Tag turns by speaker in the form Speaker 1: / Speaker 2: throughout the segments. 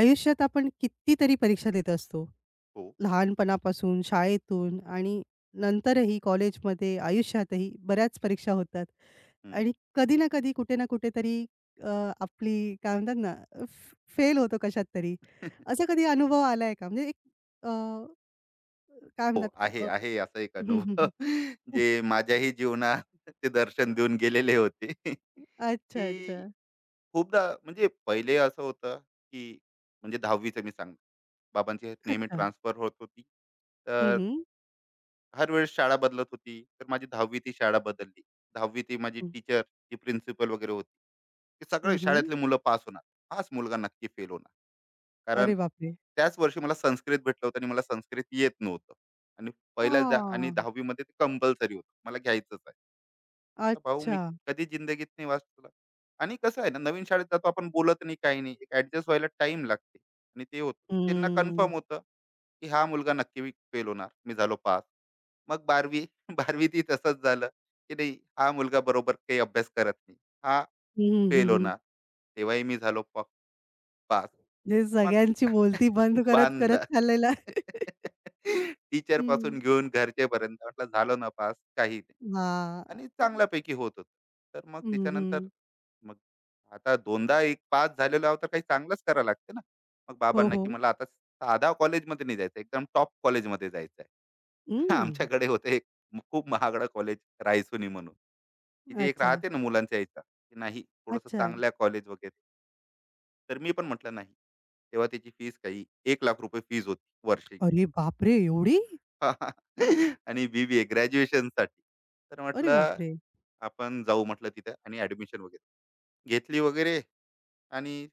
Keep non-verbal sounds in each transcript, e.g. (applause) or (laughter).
Speaker 1: आयुष्यात आपण कितीतरी परीक्षा देत असतो.
Speaker 2: हो.
Speaker 1: लहानपणापासून, शाळेतून आणि नंतरही कॉलेजमध्ये, आयुष्यातही बऱ्याच परीक्षा होतात.
Speaker 2: हं.
Speaker 1: आणि कधी ना कधी, कुठे ना कुठेतरी अ, आपली काय म्हणतात ना, फेल होतो कशात तरी.
Speaker 2: (laughs)
Speaker 1: असा कधी अनुभव आलाय का? म्हणजे एक अ, काय
Speaker 2: हो.
Speaker 1: म्हणतात अ,
Speaker 2: आहे,
Speaker 1: अ
Speaker 2: आहे असा एक
Speaker 1: हं, हं,
Speaker 2: अनुभव,
Speaker 1: हं.
Speaker 2: (laughs) जे माझ्याही जीवनात (laughs) ते दर्शन देऊन गेलेले होते. (laughs)
Speaker 1: अच्छा, अच्छा.
Speaker 2: की खूपदा म्हणजे पहिले असं होतं, की म्हणजे 10वीचं मी सांगतो. बाबांची नेहमी
Speaker 1: अच्छा.
Speaker 2: ट्रान्सफर होत होती.
Speaker 1: हं,
Speaker 2: तर
Speaker 1: हं.
Speaker 2: हर वेळेस शाळा बदलत होती. तर माझी 10वी ती शाळा बदलली. 10वी ती माझी
Speaker 1: हं,
Speaker 2: टीचर, जी प्रिन्सिपल वगैरे होती. ते सगळे
Speaker 1: हं, हं.
Speaker 2: शाळेतले मुलं पास होणार. हाच मुलगा नक्की फेल होणार. कारण
Speaker 1: अरे बापरे!
Speaker 2: त्याच वर्षी मला संस्कृत भेटलं होतं आणि मला संस्कृत येत नव्हतं. आणि पहिल्या दा आणि
Speaker 1: आ!
Speaker 2: 10वी ते कंपल्सरी होतं. मला घ्यायचंच आहे. म्हटलं भाऊ मी
Speaker 1: अच्छा.
Speaker 2: कधी जिंदगीत नाही वाचला. आणि कसं आहे ना, नवीन शाळेत जातो आपण, बोलत नाही काही नाही. एक ॲडजस्ट व्हायला टाईम लागते आणि ते होतं. त्यांना
Speaker 1: हं.
Speaker 2: कन्फर्म होतं की हा मुलगा नक्की फेल होणार. मी झालो पास. मग बारावी (laughs) बारावी ती तसंच झालं की नाही, हा मुलगा बरोबर काही अभ्यास करत नाही, हा फेल होणार. तेव्हाही मी झालो पास.
Speaker 1: म्हणजे
Speaker 2: मग
Speaker 1: सगळ्यांची बोलती बंद
Speaker 2: (laughs)
Speaker 1: करत, करत
Speaker 2: बांदा.
Speaker 1: चाललेला.
Speaker 2: टीचर
Speaker 1: हं.
Speaker 2: पासून घेऊन घरचेपर्यंत म्हटलं झालो ना पास, काही नाही.
Speaker 1: हां.
Speaker 2: आणि चांगल्यापैकी होत होतो. तर मग
Speaker 1: हं,
Speaker 2: त्याच्यानंतर
Speaker 1: हं.
Speaker 2: मग आता दोनदा एक पास झालेलो आहोत तर काही चांगलंच करावं लागते ना. मग
Speaker 1: हो,
Speaker 2: बाबांना
Speaker 1: हो.
Speaker 2: की मला आता साधा कॉलेजमध्ये नाही जायचं, एकदम टॉप कॉलेजमध्ये जायचं आहे. (laughs)
Speaker 1: हं.
Speaker 2: आमच्याकडे होतं एक खूप महागडं कॉलेज, रायसोनी म्हणून, की जे एक
Speaker 1: अच्छा,
Speaker 2: राहते ना मुलांच्या, की नाही थोडंसं
Speaker 1: अच्छा.
Speaker 2: चांगल्या कॉलेज वगैरे. तर मी पण म्हटलं नाही. तेव्हा त्याची फीस काही एक लाख रुपये फीज होती वर्षी.
Speaker 1: अरे बापरे! एवढी?
Speaker 2: (laughs) आणि बीबीए ग्रॅज्युएशनसाठी. तर
Speaker 1: अरे
Speaker 2: म्हटलं
Speaker 1: बापरे!
Speaker 2: आपण जाऊ म्हटलं तिथे, आणि ऍडमिशन वगैरे घेतली वगैरे. आणि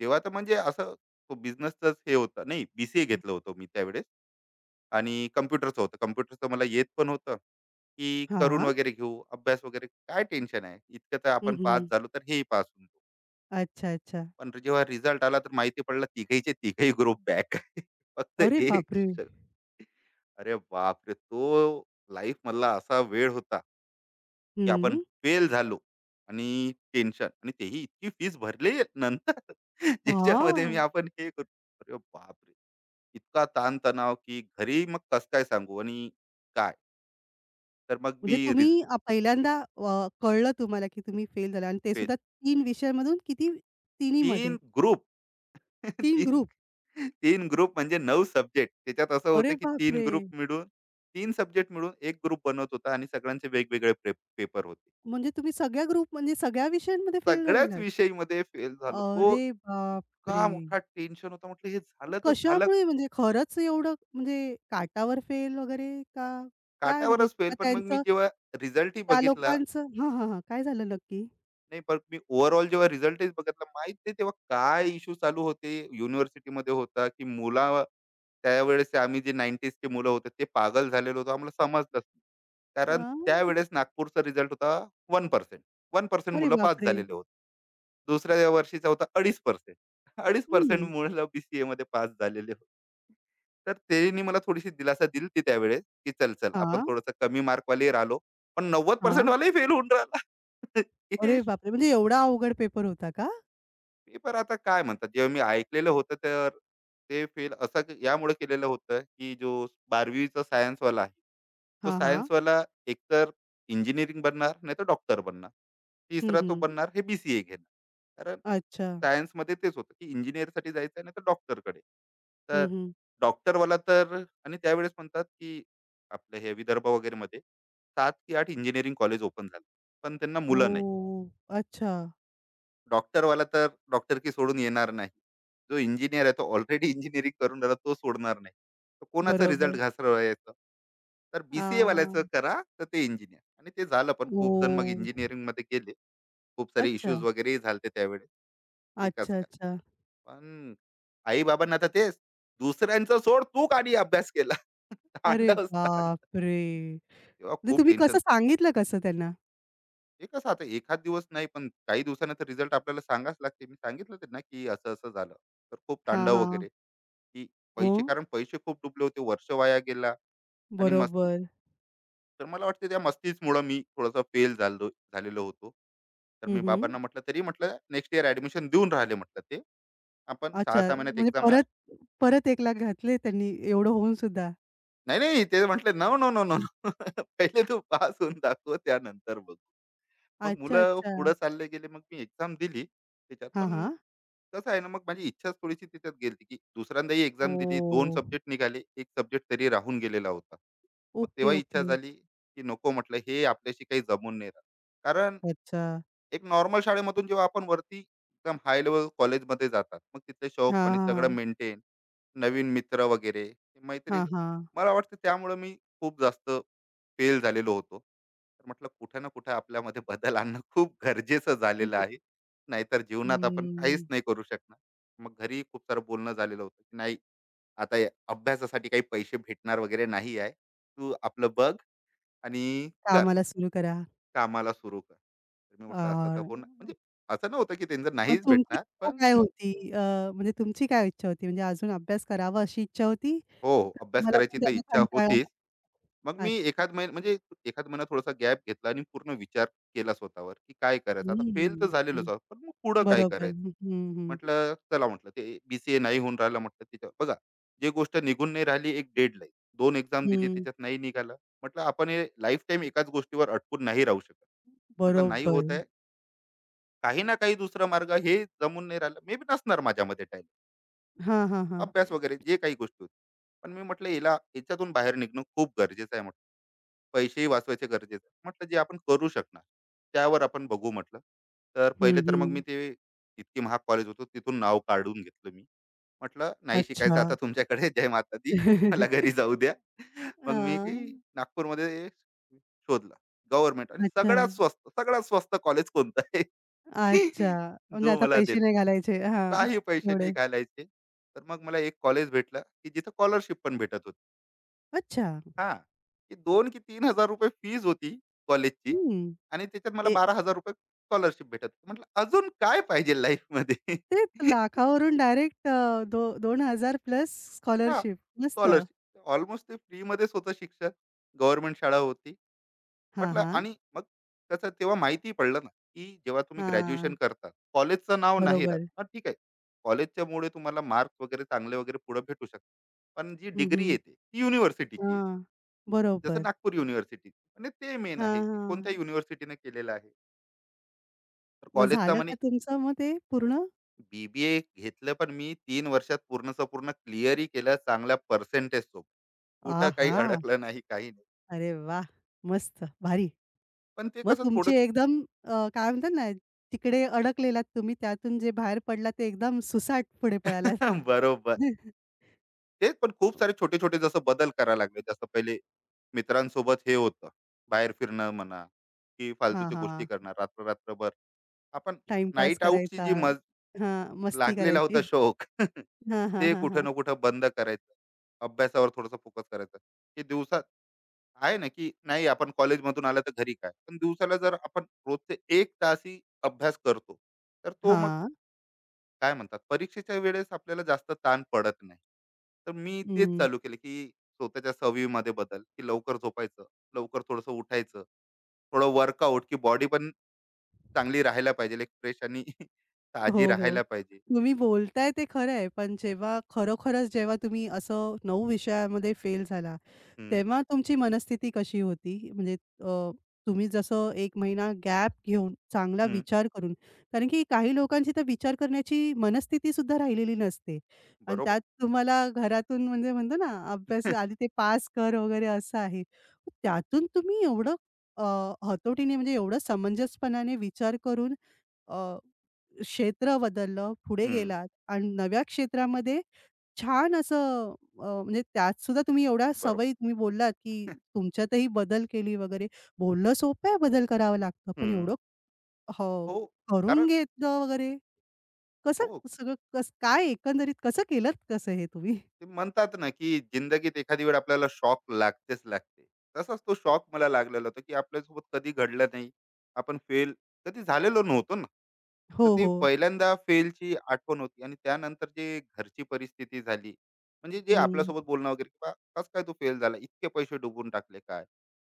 Speaker 2: तेव्हा तर म्हणजे असं, तो बिझनेसच हे होता नाही, बीसीए घेतलं होतं मी त्यावेळेस. आणि कम्प्युटरचं होतं, कम्प्युटरचं मला येत पण होतं, की करून
Speaker 1: हां.
Speaker 2: वगैरे घेऊ अभ्यास वगैरे, काय टेन्शन आहे इतकं. तर
Speaker 1: हं,
Speaker 2: आपण पास
Speaker 1: हं.
Speaker 2: झालो तर हेही पास होऊन जाऊ.
Speaker 1: अच्छा, अच्छा.
Speaker 2: पण जेव्हा रिझल्ट आला तर माहिती पडलं, तिघहीचे तिघही ग्रुप बॅक. (laughs) फक्त
Speaker 1: अरे
Speaker 2: एक
Speaker 1: बापरे!
Speaker 2: श- अरे बापरे, तो लाईफ मधला असा वेळ होता की आपण
Speaker 1: हं.
Speaker 2: फेल झालो आणि टेन्शन, आणि तेही इतकी फीस भरली नंतर. (laughs) ज्याच्यामध्ये मी
Speaker 1: हां.
Speaker 2: आपण हे करू, अरे बापरे, इतका ताणतणाव, की घरी मग कस काय सांगू आणि काय? तर मग मी
Speaker 1: म्हणजे
Speaker 2: रिज-
Speaker 1: तुम्ही पहिल्यांदा कळलं तुम्हाला की तुम्ही फेल झाला आणि ते
Speaker 2: फे-
Speaker 1: सुद्धा 3 विषयांमधून किती? तिन्हीमध्ये
Speaker 2: तीन ग्रुप. (laughs)
Speaker 1: 3
Speaker 2: तीन
Speaker 1: ग्रुप.
Speaker 2: 3 ग्रुप म्हणजे 9 सब्जेक्ट. त्याच्यात असं
Speaker 1: अरे
Speaker 2: होतं की 3
Speaker 1: बापरे!
Speaker 2: ग्रुप मिळून, 3 सब्जेक्ट मिळून 1 ग्रुप बनवत होता, आणि सगळ्यांचे वेगवेगळे पेपर होते.
Speaker 1: म्हणजे तुम्ही सगळ्या ग्रुप म्हणजे सगळ्या विषयांमध्ये फेल झालेला
Speaker 2: सगळ्याच
Speaker 1: आहात?
Speaker 2: विषयीमध्ये फेल झालो. तो
Speaker 1: अरे
Speaker 2: इतका
Speaker 1: बापरे!
Speaker 2: मोठा टेन्शन होता. म्हटलं हे
Speaker 1: मग
Speaker 2: झालं तर झालं.
Speaker 1: कशामुळे म्हणजे खरंच एवढं म्हणजे काटावर फेल वगैरे का काय म्हणजे
Speaker 2: काठावरच फेल.
Speaker 1: का
Speaker 2: पण मग मी
Speaker 1: त्यांचं
Speaker 2: जेव्हा रिझल्टही
Speaker 1: त्या
Speaker 2: बघितला,
Speaker 1: लोकांचं हां, हां, हां. काय झालं नक्की?
Speaker 2: नाही पण मी ओव्हरऑल जेव्हा रिझल्टच बघितला, माहित नाही तेव्हा काय इश्यू चालू होते युनिव्हर्सिटीमध्ये, होता की मुला, त्यावेळेस आम्ही जे 90s चे मुलं होते ते पागल झालेलो होतो, आम्हाला समजलंच नाही.
Speaker 1: अ,
Speaker 2: कारण त्यावेळेस नागपूरचा रिझल्ट होता, वन 1%
Speaker 1: अरे
Speaker 2: मुलं पास
Speaker 1: बापरे!
Speaker 2: झालेले होते. दुसऱ्या वर्षीचा होता 2.5%,
Speaker 1: हं.
Speaker 2: मुलं BCA मध्ये पास झालेले होते. तर त्यांनी मला थोडीशी दिलासा दिली होती त्यावेळेस, की चल, चल आपण
Speaker 1: हां,
Speaker 2: थोडंसं कमी मार्कवालेही राहिलो, पण 90%
Speaker 1: हां.
Speaker 2: वालाही फेल होऊन राहिला. (laughs) हे
Speaker 1: अरे बापरे! म्हणजे एवढा अवघड पेपर होता का?
Speaker 2: पेपर आता काय म्हणतात, जेव्हा मी ऐकलेलं होतं, तर ते फेल असं क- यामुळे केलेलं होतं की जो बारावीचा सायन्सवाला आहे, तो
Speaker 1: हां, हां.
Speaker 2: सायन्सवाला एकतर इंजिनिअरिंग बनणार, नाही तर डॉक्टर बनणार.
Speaker 1: हं,
Speaker 2: तिसरा तो
Speaker 1: हं.
Speaker 2: बनणार हे बी सी ए घेणार. कारण
Speaker 1: अच्छा.
Speaker 2: सायन्समध्ये तेच होतं, की इंजिनिअरसाठी जायचं आहे नाही तर डॉक्टरकडे. तर
Speaker 1: हं, हं.
Speaker 2: डॉक्टरवाला तर, आणि त्यावेळेस म्हणतात की आपलं हे विदर्भ वगैरे मध्ये सात की आठ इंजिनिअरिंग कॉलेज ओपन झालं, पण त्यांना मुलं नाही.
Speaker 1: ओह! अच्छा.
Speaker 2: डॉक्टरवाला तर डॉक्टर, डॉक्टरकी सोडून येणार नाही. जो इंजिनियर आहे तो ऑलरेडी इंजिनिअरिंग करून राहिला, तो सोडणार नाही. तर कोणाचा रिझल्ट
Speaker 1: बरोबर.
Speaker 2: घासवायचा? तर बी सी
Speaker 1: आ,
Speaker 2: करा तर ते इंजिनिअर, आणि ते झालं पण, खूप जण मग
Speaker 1: ओह!
Speaker 2: इंजिनिअरिंगमध्ये गेले. खूप सारे
Speaker 1: अच्छा.
Speaker 2: इश्यूज वगैरेही झाले त्यावेळेस, की कसं
Speaker 1: अच्छा,
Speaker 2: काय?
Speaker 1: अच्छा.
Speaker 2: पण आई-बाबांना तर तेच, "दुसऱ्यांचं सोड, तू का अभ्यास केला?" (laughs)
Speaker 1: अरे
Speaker 2: तांडवच तांडव.
Speaker 1: बापरे!
Speaker 2: तेव्हा
Speaker 1: म्हणजे
Speaker 2: खूप
Speaker 1: तुम्ही कसं
Speaker 2: टेन्शन.
Speaker 1: सांगितलं कसं त्यांना?
Speaker 2: ते कसं, आता एखाद दिवस नाही, पण काही दिवसानं तर रिझल्ट आपल्याला सांगाच लागते. मी सांगितलं त्यांना की असं असं झालं. तर खूप
Speaker 1: हां,
Speaker 2: तांडव
Speaker 1: हां.
Speaker 2: वगैरे, की पैसे,
Speaker 1: मग?
Speaker 2: कारण पैसे खूप डुबले होते. वर्ष वाया गेला आणि मस्ती.
Speaker 1: बरोबर.
Speaker 2: तर मला वाटते त्या मस्तीचमुळं मी थोडासा फेल झालेलो होतो. तर
Speaker 1: हं,
Speaker 2: मी
Speaker 1: हं.
Speaker 2: बाबांना म्हटलं तरी म्हटलं, नेक्स्ट ईयर ॲडमिशन देऊन राहिले म्हटलं ते. आपण
Speaker 1: अच्छा.
Speaker 2: 6-6 महिन्यात
Speaker 1: म्हणजे
Speaker 2: एक्झाम.
Speaker 1: परत परत 1 लाख घातले त्यांनी एवढं होऊन सुद्धा?
Speaker 2: नाही, नाही ते म्हटले, "नो, नो, नो, नो, (laughs) पहिले तू पास होऊन दाखव, त्यानंतर बघू." मग
Speaker 1: अच्छा,
Speaker 2: मुलं
Speaker 1: अच्छा.
Speaker 2: पुढे चालले गेले. मग मी एक्झाम दिली त्याच्यात.
Speaker 1: हां,
Speaker 2: पण
Speaker 1: हां.
Speaker 2: कसं आहे ना, मग माझी इच्छाच थोडीशी त्याच्यात गेली, की दुसऱ्यांदाही एक्झाम दिली. 2
Speaker 1: ओह!
Speaker 2: सब्जेक्ट निघाले. 1 सब्जेक्ट तरी राहून गेलेला होता. मग
Speaker 1: ओके,
Speaker 2: तेव्हा इच्छा
Speaker 1: ओके.
Speaker 2: झाली, की नको, म्हटलं हे आपल्याशी काही जमून नाही राहत. कारण
Speaker 1: अच्छा.
Speaker 2: एक नॉर्मल शाळेमधून जेव्हा आपण वरती एकदम हाय लेवल कॉलेजमध्ये जातात, मग तिथले शौक
Speaker 1: हां,
Speaker 2: आणि
Speaker 1: हां,
Speaker 2: सगळं
Speaker 1: हां.
Speaker 2: मेंटेन, नवीन मित्र वगैरे ते
Speaker 1: हां,
Speaker 2: मैत्रीण,
Speaker 1: हां.
Speaker 2: मला वाटतं त्यामुळे मी खूप जास्त फेल झालेलो होतो. तर म्हटलं कुठे ना कुठे आपल्यामध्ये बदल आणणं खूप गरजेचं झालेलं
Speaker 1: ओके.
Speaker 2: आहे, नाहीतर जीवनात आपण काहीच
Speaker 1: हम्म.
Speaker 2: नाही करू शकणार. मग घरी खूप सारं बोलणं झालेलं होतं, की नाही, आता या अभ्यासासाठी काही पैसे भेटणार वगैरे नाही आहे, तू आपलं बघ आणि कर.
Speaker 1: कामाला सुरू करा.
Speaker 2: कामाला सुरू कर. तर मी म्हटलं असं तर
Speaker 1: अ,
Speaker 2: होणार म्हणजे, असं नव्हतं की त्यांचं
Speaker 1: मग
Speaker 2: नाहीच
Speaker 1: तुमची
Speaker 2: भेटणार,
Speaker 1: इच्छा
Speaker 2: पण.
Speaker 1: काय होती? म्हणजे तुमची काय इच्छा होती? म्हणजे अजून अभ्यास करावा अशी इच्छा होती?
Speaker 2: हो, हो,
Speaker 1: का
Speaker 2: अभ्यास
Speaker 1: तुम्हाला
Speaker 2: करायची
Speaker 1: पण
Speaker 2: तर
Speaker 1: त्याचा
Speaker 2: इच्छा
Speaker 1: कंटाळा?
Speaker 2: होतीच. मग मी एखाद महिना म्हणजे एखाद महिना थोडासा गॅप घेतला आणि पूर्ण विचार केला स्वतःवर, की काय करायचं? आता फेल तर
Speaker 1: हं,
Speaker 2: झालेलोच
Speaker 1: हं.
Speaker 2: आहोत, पण मग पुढं काय
Speaker 1: बरोबर.
Speaker 2: करायचं?
Speaker 1: हं, हं, हं.
Speaker 2: म्हटलं चला, म्हटलं ते बी नाही होऊन राहिलं म्हटलं, त्याच्यावर बघा, जी गोष्ट निघून नाही राहिली, एक डेडलाईन. 2 एक्झाम दिली त्याच्यात नाही निघालं. म्हटलं आपण हे लाईफटाईम एकाच गोष्टीवर अटकून नाही राहू शकत. म्हटलं नाही
Speaker 1: बरोबर.
Speaker 2: होत आहे, काही ना काही दुसरा मार्ग, हे जमून नाही राहिलं, मे बी नसणार माझ्यामध्ये टाइम,
Speaker 1: हां, हां, हां.
Speaker 2: अभ्यास वगैरे जे काही गोष्टी होती. पण मी म्हटलं हिला याच्यातून बाहेर निघणं खूप गरजेचं आहे, म्हटलं पैसेही वाचवायचे गरजेचे आहे. म्हटलं जे आपण करू शकणार त्यावर आपण बघू म्हटलं. तर
Speaker 1: हं,
Speaker 2: पहिले तर
Speaker 1: हं.
Speaker 2: मग मी ते इतकी महाग कॉलेज होतो तिथून नाव काढून घेतलं मी. म्हटलं नाही शिकायचं
Speaker 1: अच्छा.
Speaker 2: आता तुमच्याकडे, जय माता दी, मला घरी
Speaker 1: (laughs)
Speaker 2: जाऊ द्या.
Speaker 1: अ
Speaker 2: मग मी की नागपूरमध्ये शोधला, गव्हर्नमेंट, आणि
Speaker 1: अच्छा.
Speaker 2: सगळ्यात स्वस्त कॉलेज कोणतं आहे. (laughs)
Speaker 1: अच्छा. म्हणजे
Speaker 2: जो
Speaker 1: आता
Speaker 2: मला,
Speaker 1: पैसे नाही घालायचे. हां.
Speaker 2: काही पैसे नाही
Speaker 1: एवढे.
Speaker 2: घालायचे. तर मग मला एक कॉलेज भेटलं, की जिथं स्कॉलरशिप पण भेटत होती.
Speaker 1: अच्छा.
Speaker 2: हां, की 2 की ₹3,000 फीज होती कॉलेजची,
Speaker 1: हं.
Speaker 2: आणि त्याच्यात मला
Speaker 1: ए
Speaker 2: ₹12,000 स्कॉलरशिप भेटत होती. म्हटलं अजून काय पाहिजे लाईफमध्ये?
Speaker 1: तेच लाखावरून डायरेक्ट अ, दो 2,000 प्लस
Speaker 2: हां, (laughs)
Speaker 1: स्कॉलरशिप. मस्त.
Speaker 2: स्कॉलरशिप. ऑलमोस्ट ते फ्रीमध्येच होतं शिक्षण. गव्हर्नमेंट शाळा होती.
Speaker 1: हां,
Speaker 2: म्हटलं,
Speaker 1: हां.
Speaker 2: आणि मग त्याचं तेव्हा माहिती पडलं ना, की जेव्हा तुम्ही ग्रॅज्युएशन
Speaker 1: हां.
Speaker 2: करता, कॉलेजचं नाव नाही राहत.
Speaker 1: बरोबर.
Speaker 2: हां, ठीक आहे. कॉलेजच्यामुळे तुम्हाला मार्क्स वगैरे चांगले वगैरे पुढे भेटू शकतात. पण जी
Speaker 1: हं,
Speaker 2: डिग्री
Speaker 1: हं.
Speaker 2: येते, ती युनिव्हर्सिटीची येते.
Speaker 1: हां.
Speaker 2: जसं
Speaker 1: बरोबर.
Speaker 2: नागपूर युनिव्हर्सिटी, आणि ते मेन आहे,
Speaker 1: हां,
Speaker 2: की
Speaker 1: हां.
Speaker 2: कोणत्या युनिव्हर्सिटीने केलेलं आहे. तर
Speaker 1: मग
Speaker 2: कॉलेजचा
Speaker 1: झालं
Speaker 2: म्हणे
Speaker 1: का तुमचं मग ते पूर्ण?
Speaker 2: बी घेतलं, पण मी 3 वर्षात पूर्णचं पूर्ण क्लिअरही केलं चांगल्या पर्सेंटेज सोबत. कुठं काही
Speaker 1: आहा!
Speaker 2: अडकलं नाही, काही नाही.
Speaker 1: अरे वाह! मस्त, भारी.
Speaker 2: पण ते
Speaker 1: मग
Speaker 2: कसं
Speaker 1: तुमची
Speaker 2: थोडं.
Speaker 1: एकदम काय म्हणतात ना, तिकडे अडकलेलात तुम्ही त्यातून जे बाहेर पडलात ते एकदम सुसाट पुढे पळालात.
Speaker 2: (laughs) बरोबर.
Speaker 1: (laughs)
Speaker 2: तेच, पण खूप सारे छोटे छोटे जसं बदल करायला लागले. जसं पहिले मित्रांसोबत हे होतं, बाहेर फिरणं म्हणा, की
Speaker 1: हां,
Speaker 2: फालतूच्या गोष्टी
Speaker 1: हां.
Speaker 2: करणं रात्र रात्रभर, आपण,
Speaker 1: टाईमपास
Speaker 2: नाईट आऊटची
Speaker 1: करायचा.
Speaker 2: जी मज
Speaker 1: हां, मस्ती
Speaker 2: लागलेला होता
Speaker 1: करायची.
Speaker 2: शौक,
Speaker 1: हां,
Speaker 2: (laughs)
Speaker 1: हां,
Speaker 2: ते
Speaker 1: हां,
Speaker 2: कुठं
Speaker 1: हां.
Speaker 2: ना कुठं बंद करायचं. अभ्यासावर थोडासा फोकस करायचा, की दिवसात आहे ना, की नाही, आपण कॉलेजमधून आलं तर घरी काय, पण दिवसाला जर आपण रोजचे एक तासही अभ्यास करतो, तर तो मग,
Speaker 1: हां.
Speaker 2: काय म्हणतात, परीक्षेच्या वेळेस आपल्याला जास्त ताण पडत नाही. तर मी तेच चालू केले, की स्वतःच्या सवयीमध्ये बदल, की लवकर झोपायचं, लवकर थोडंसं उठायचं, थोडं वर्कआउट, की बॉडी पण चांगली राहायला पाहिजे, एक फ्रेश आणि (laughs) ताजी
Speaker 1: हो, हो.
Speaker 2: राहायला पाहिजे.
Speaker 1: तुम्ही बोलताय ते खरं आहे, पण जेव्हा खरोखरच जेव्हा तुम्ही असं 9 विषयामध्ये फेल झाला,
Speaker 2: हं,
Speaker 1: तेव्हा तुमची मनस्थिती कशी होती? म्हणजे अ, तुम्ही जसं 1 महिना गॅप घेऊन चांगला
Speaker 2: हं.
Speaker 1: विचार करून कारण की काही लोकांची तर विचार करण्याची मनस्थिती सुद्धा राहिलेली नसते आणि
Speaker 2: बरोबर.
Speaker 1: त्यात तुम्हाला घरातून म्हणजे म्हणतो ना, अभ्यास
Speaker 2: (laughs)
Speaker 1: आधी ते पास कर वगैरे असं आहे. त्यातून तुम्ही एवढं अ, हतोटीने म्हणजे एवढं समंजसपणाने विचार करून अ क्षेत्र बदललं, पुढे
Speaker 2: हं,
Speaker 1: गेलात आणि नव्या क्षेत्रामध्ये छान असं म्हणजे त्यात सुद्धा तुम्ही एवढ्या सवयी
Speaker 2: बरोबर.
Speaker 1: तुम्ही बोललात, की तुमच्यातही बदल केली वगैरे. बोलणं सोपं आहे, बदल करावा लागतं. पण
Speaker 2: हं.
Speaker 1: एवढं हो,
Speaker 2: हो, कारण
Speaker 1: करून घेतलं वगैरे. कसं
Speaker 2: हो.
Speaker 1: सगळं कसं काय एकंदरीत कसं केलत कसं हे तुम्ही?
Speaker 2: ते म्हणतात ना की जिंदगीत एखादी वेळ आपल्याला शॉक लागतेच लागते. तसाच तो शॉक मला लागलेला होता, की आपल्यासोबत कधी घडलं नाही, आपण फेल कधी झालेलो नव्हतो ना. तर
Speaker 1: हो,
Speaker 2: ती
Speaker 1: हो.
Speaker 2: पहिल्यांदा फेलची आठवण होती, आणि त्यानंतर जे घरची परिस्थिती झाली, म्हणजे जे
Speaker 1: हं.
Speaker 2: आपल्यासोबत बोलणं वगैरे, की बा, कसं काय तू फेल झाला, इतके पैसे डुबून टाकले, काय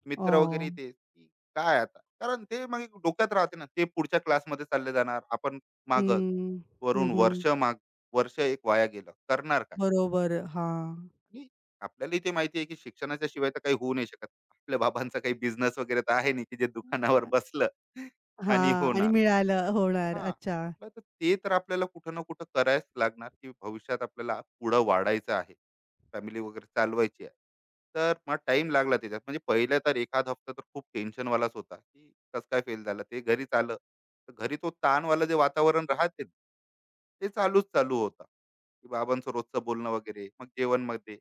Speaker 2: मित्र
Speaker 1: ओह!
Speaker 2: वगैरे ते, की काय आता, कारण ते मग एक डोक्यात राहते ना, ते पुढच्या क्लासमध्ये चालले जाणार आपण, मागच
Speaker 1: हं. हं,
Speaker 2: वरून
Speaker 1: हं.
Speaker 2: वर्ष माग, वर्ष एक वाया गेलं, करणार काय.
Speaker 1: बरोबर. हां.
Speaker 2: आणि आपल्यालाही ते माहिती आहे की शिक्षणाच्या शिवाय तर काही होऊ नाही शकत. आपल्या बाबांचा काही बिझनेस वगैरे तर आहे नाही, की जे दुकानावर बसलं आणि
Speaker 1: हां आणि
Speaker 2: होणार.
Speaker 1: मिळालं होणार.
Speaker 2: हां.
Speaker 1: अच्छा.
Speaker 2: म्हटलं तर ते तर आपल्याला कुठं ना कुठं करायच लागणार, की भविष्यात आपल्याला पुढं वाढायचं आहे. फॅमिली वगैरे चालवायची आहे. तर मग टाइम लागला त्याच्यात. म्हणजे पहिले तर एखादा हफ्ता तर खूप टेन्शनवालाच होता, की कसं काय फेल झालं? ते घरी आलं. तर घरी तो ताणवाला जे वातावरण राहते, ते चालूच होता. की बाबांचं रोजचं बोलणं वगैरे, मग जेवणमध्ये.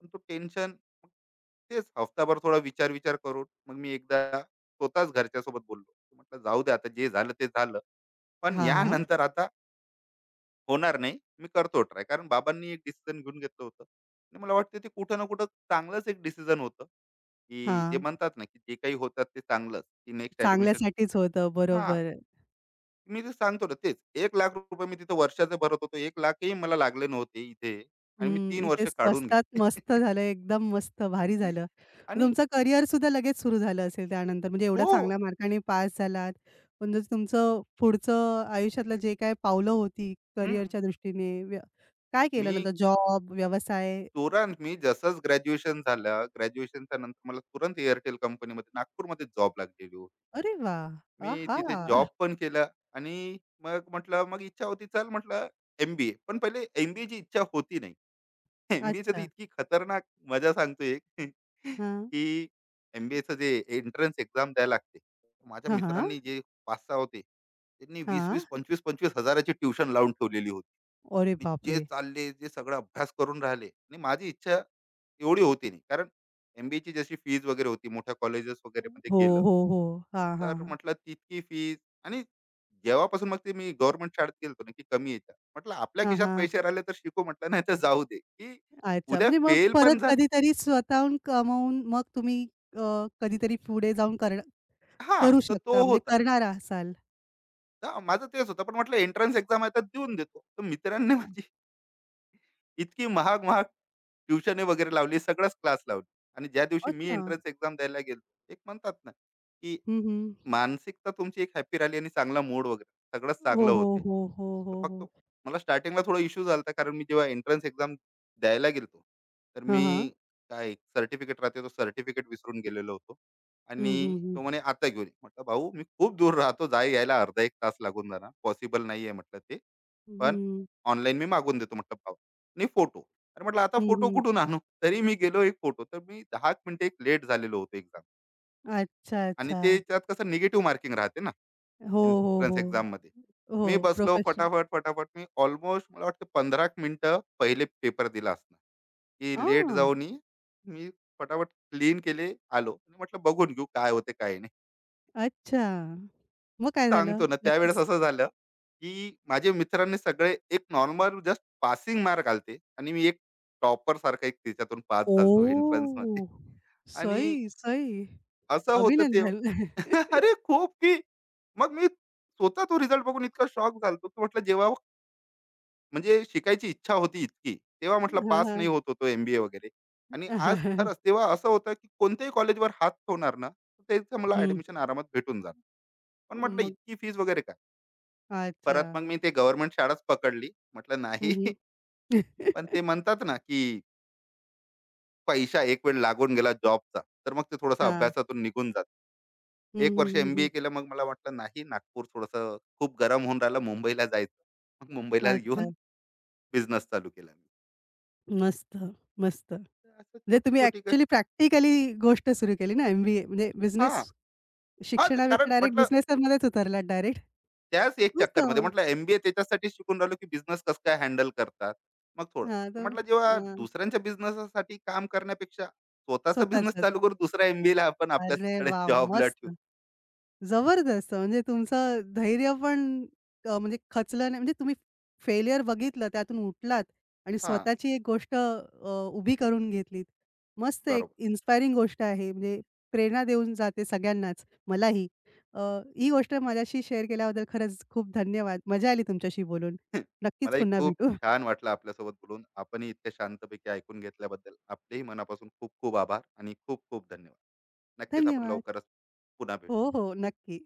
Speaker 2: पण तो टेन्शन, तेच हफ्ताभर थोडा विचार-विचार करून मग मी एकदा स्वतःच घरच्यासोबत बोललो. म्हटलं, "जाऊ दे, आता जे झालं ते झालं." पण
Speaker 1: हां,
Speaker 2: यानंतर आता होणार नाही. मी करतो ट्राय. कारण बाबांनी एक डिसिजन घेऊन घेतलं होतं, आणि मला वाटतं ते कुठं ना कुठं चांगलंच एक डिसिजन होतं, की जे
Speaker 1: हां.
Speaker 2: म्हणतात ना, की जे काही होतात ते चांगलंच, की नेक्स्ट ॲडमिशन.
Speaker 1: चांगल्यासाठीच होतं,
Speaker 2: हां,
Speaker 1: बरोबर.
Speaker 2: मी जे सांगतो ना तेच. ₹1,00,000 मी तिथं वर्षाचे भरत होतो. 1,00,000ही मला लागले नव्हते इथे, आणि मी
Speaker 1: हं,
Speaker 2: 3 वर्ष
Speaker 1: इथे
Speaker 2: काढून
Speaker 1: स्वस्तात मस्त
Speaker 2: घेतले.
Speaker 1: झालं, एकदम मस्त भारी
Speaker 2: (laughs)
Speaker 1: झालं. मग
Speaker 2: आणि
Speaker 1: तुमचं करिअर सुद्धा लगेच सुरू झालं असेल त्यानंतर, म्हणजे एवढ्या
Speaker 2: हो.
Speaker 1: चांगल्या मार्काने पास झालात. म्हणजे तुमचं पुढचं आयुष्यातलं जे काही पावलं होती
Speaker 2: हं.
Speaker 1: करिअरच्या दृष्टीने काय केलं
Speaker 2: मी
Speaker 1: नंतर? जॉब, व्यवसाय?
Speaker 2: तुरंत, मी जसंच ग्रॅज्युएशन झालं, ग्रॅज्युएशनच्या नंतर मला तुरंत एअरटेल कंपनीमध्ये नागपूरमध्ये जॉब लागलेली.
Speaker 1: अरे वाह!
Speaker 2: मी तिथे जॉब
Speaker 1: आहा!
Speaker 2: पण केला. आणि मग म्हटलं, मग इच्छा होती, चल म्हटलं एमबीए. पण पहिले MBA ची इच्छा होती नाही. (laughs) MBA ची तर
Speaker 1: अच्छा.
Speaker 2: इतकी खतरनाक मजा सांगतो एक, (laughs)
Speaker 1: हां.
Speaker 2: की MBA चं जे एंट्रन्स एक्झाम द्यायला लागते, माझ्या
Speaker 1: हां, हां.
Speaker 2: मित्रांनी, जे पाच सहा होते, त्यांनी वीस
Speaker 1: हां.
Speaker 2: वीस पंचवीस पंचवीस हजाराची ट्युशन लावून ठेवलेली होती,
Speaker 1: अरे
Speaker 2: आणि जे
Speaker 1: बापरे!
Speaker 2: चालले, जे सगळा अभ्यास करून राहिले, आणि माझी इच्छा एवढी होती नाही, कारण MBA ची जशी फीज वगैरे होती मोठ्या कॉलेजेस वगैरे मध्ये
Speaker 1: हो,
Speaker 2: गेलं,
Speaker 1: हो, हो. हां, हां,
Speaker 2: तर
Speaker 1: हां.
Speaker 2: म्हटलं तितकी फीज. आणि जेव्हापासून मग ते मी गव्हर्नमेंट शाळेत गेलतो ना, की कमी याच्या, म्हटलं आपल्या
Speaker 1: हां,
Speaker 2: खिशात
Speaker 1: हां.
Speaker 2: पैसे राहिले तर शिकू, म्हटलं नाही तर जाऊ दे की,
Speaker 1: अच्छा.
Speaker 2: उद्या
Speaker 1: म्हणजे मग
Speaker 2: फेल
Speaker 1: परत
Speaker 2: पण जा,
Speaker 1: कधीतरी स्वतःहून कमवून मग तुम्ही कधीतरी पुढे जाऊन
Speaker 2: हा.
Speaker 1: करू
Speaker 2: तर
Speaker 1: शकता
Speaker 2: तो
Speaker 1: म्हणजे
Speaker 2: होता.
Speaker 1: करणार असाल.
Speaker 2: तर माझं तेच होतं, पण म्हटलं एंट्रन्स एक्झाम आहे तर देऊन देतो. तर मित्रांनी
Speaker 1: अ,
Speaker 2: माझी इतकी महाग महाग ट्युशन वगैरे लावली, सगळंच क्लास लावली. आणि ज्या दिवशी मी
Speaker 1: अच्छा.
Speaker 2: एंट्रन्स एक्झाम द्यायला गेलो, एक म्हणतात ना की
Speaker 1: हं, हं.
Speaker 2: मानसिकता तुमची एक हॅपी राहिली आणि चांगला मूड वगैरे सगळंच
Speaker 1: हो,
Speaker 2: चांगलं
Speaker 1: हो,
Speaker 2: होते.
Speaker 1: हो, हो,
Speaker 2: तर
Speaker 1: हो, हो.
Speaker 2: फक्त मला स्टार्टिंगला थोडा इश्यू झाला होता, कारण मी जेव्हा एंट्रन्स एक्झाम द्यायला गेलो, तर
Speaker 1: हां, हां.
Speaker 2: मी, काय सर्टिफिकेट राहते, तो सर्टिफिकेट विसरून गेलेलो होतो.
Speaker 1: हं, हं,
Speaker 2: आणि
Speaker 1: हं.
Speaker 2: तो म्हणे आता घेऊन ये. म्हटलं भाऊ मी खूप दूर राहतो, जाय यायला अर्धा एक तास लागून जाणार, पॉसिबल नाही आहे म्हटलं ते. पण
Speaker 1: हं,
Speaker 2: ऑनलाईन मी मागून देतो म्हटलं भाऊ, आणि फोटो. अरे म्हटलं आता
Speaker 1: हं,
Speaker 2: फोटो
Speaker 1: हं.
Speaker 2: कुठून आणू, तरी मी गेलो, एक फोटो. तर मी दहा मिनिटं एक लेट झालेलो होतो एक्झाम.
Speaker 1: अच्छा,
Speaker 2: आणि
Speaker 1: अच्छा.
Speaker 2: ते, त्यात कसं निगेटिव्ह मार्किंग राहते ना
Speaker 1: हो, हो,
Speaker 2: एंट्रन्स
Speaker 1: हो.
Speaker 2: एक्झाममध्ये.
Speaker 1: हो,
Speaker 2: मी बसलो
Speaker 1: प्रोफेशन
Speaker 2: फटाफट, फटाफट मी अल्मोस्ट, मला वाटतं 15 मिनिटं पहिले पेपर दिला असणार, की लेट
Speaker 1: आह!
Speaker 2: जाऊनही, मी फटाफट क्लीन केले, आलो. आणि म्हटलं बघून घेऊ काय होते काय नाही.
Speaker 1: अच्छा. मग काय झालं?
Speaker 2: सांगतो ना, त्यावेळेस
Speaker 1: नक्कीच.
Speaker 2: असं झालं, की माझ्या मित्रांनी सगळे एक नॉर्मल जस्ट पासिंग मार्क आलते, आणि मी एक टॉपर सारखा एक त्याच्यातून पास झालतो एंट्रन्समध्ये.
Speaker 1: ओह!
Speaker 2: आणि
Speaker 1: सही, सही.
Speaker 2: असं होतं ते.
Speaker 1: अभिनंदन.
Speaker 2: (laughs)
Speaker 1: (laughs)
Speaker 2: अरे खूप, की मग मी स्वतः तो रिझल्ट बघून इतका शॉक झालतो, की म्हटलं जेव्हा, म्हणजे शिकायची इच्छा होती इतकी. तेव्हा म्हटलं
Speaker 1: हां,
Speaker 2: पास नाही
Speaker 1: हां.
Speaker 2: होत होतो एम-बी-ए वगैरे, आणि आज खरंच तेव्हा असं होतं, की कोणत्याही कॉलेजवर हात ठेवणार ना, तर त्याचं मला
Speaker 1: हं.
Speaker 2: ॲडमिशन आरामात भेटून जाणार. पण म्हटलं
Speaker 1: मग
Speaker 2: इतकी फीज वगैरे काय?
Speaker 1: अच्छा.
Speaker 2: परत मग मी ते गव्हर्नमेंट शाळाच पकडली. म्हटलं
Speaker 1: हं,
Speaker 2: नाही. (laughs)
Speaker 1: हं.
Speaker 2: पण ते
Speaker 1: (laughs)
Speaker 2: म्हणतात ना, की पैसा एक वेळ लागून गेला जॉबचा, तर मग ते थोडंसं
Speaker 1: हां.
Speaker 2: अभ्यासातून निघून जातं.
Speaker 1: हं,
Speaker 2: 1
Speaker 1: हं,
Speaker 2: वर्ष
Speaker 1: हं,
Speaker 2: एम
Speaker 1: हं.
Speaker 2: केलं, मग मला वाटलं नाही, नागपूर थोडंसं खूप गरम होऊन राहिलं, मुंबईला जायचं. मग मुंबईला
Speaker 1: अच्छा.
Speaker 2: येऊन बिझनेस चालू केला मी.
Speaker 1: मस्त, मस्त.
Speaker 2: तर असं
Speaker 1: म्हणजे तुम्ही
Speaker 2: छोटी-छोटी कशी.
Speaker 1: ॲक्चुअली प्रॅक्टिकली गोष्ट सुरू केली ना, एम-बी-ए म्हणजे
Speaker 2: हां.
Speaker 1: बिझनेस
Speaker 2: हां, तर
Speaker 1: शिक्षणापेक्षा
Speaker 2: कारण
Speaker 1: डायरेक्ट
Speaker 2: म्हटलं
Speaker 1: बिझनेसमध्येच उतरलात डायरेक्ट.
Speaker 2: त्याच एक
Speaker 1: मस्त.
Speaker 2: चक्करमध्ये, म्हटलं एम-बी-ए त्याच्यासाठीच शिकून राहिलो, की बिझनेस कसं काय हँडल करतात. मग थोडं.
Speaker 1: हां,
Speaker 2: तर
Speaker 1: तर
Speaker 2: म्हटलं जेव्हा
Speaker 1: हां,
Speaker 2: दुसऱ्यांच्या बिझनेससाठी काम करण्यापेक्षा स्वतःचा बिझनेस चालू करू, दुसरा एम-बी-एला आपण
Speaker 1: अरे
Speaker 2: आपल्याकडे
Speaker 1: वाह!
Speaker 2: जॉबला ठेवू.
Speaker 1: मस्त. जबरदस्त! म्हणजे तुमचं धैर्य पण म्हणजे खचलं नाही. म्हणजे तुम्ही फेल्युअर बघितलं, त्यातून उठलात आणि
Speaker 2: हां,
Speaker 1: स्वतःची एक गोष्ट उभी करून घेतलीत. मस्त एक
Speaker 2: बरोबर.
Speaker 1: इन्स्पायरिंग गोष्ट आहे. म्हणजे प्रेरणा देऊन जाते सगळ्यांनाच, मलाही. अ, ही गोष्ट माझ्याशी शेअर केल्याबद्दल खरंच खूप धन्यवाद. मजा आली तुमच्याशी बोलून.
Speaker 2: (laughs)
Speaker 1: नक्कीच
Speaker 2: मलाही
Speaker 1: पुन्हा
Speaker 2: खूप
Speaker 1: भेटू.
Speaker 2: छान वाटलं आपल्यासोबत बोलून. आपणही इतक्या शांतपैकी ऐकून घेतल्याबद्दल आपलेही मनापासून खूप खूप आभार आणि खूप खूप धन्यवाद. नक्कीच आपण
Speaker 1: धन्यवाद.
Speaker 2: लवकरच पुन्हा भेटू.
Speaker 1: हो, हो. नक्की.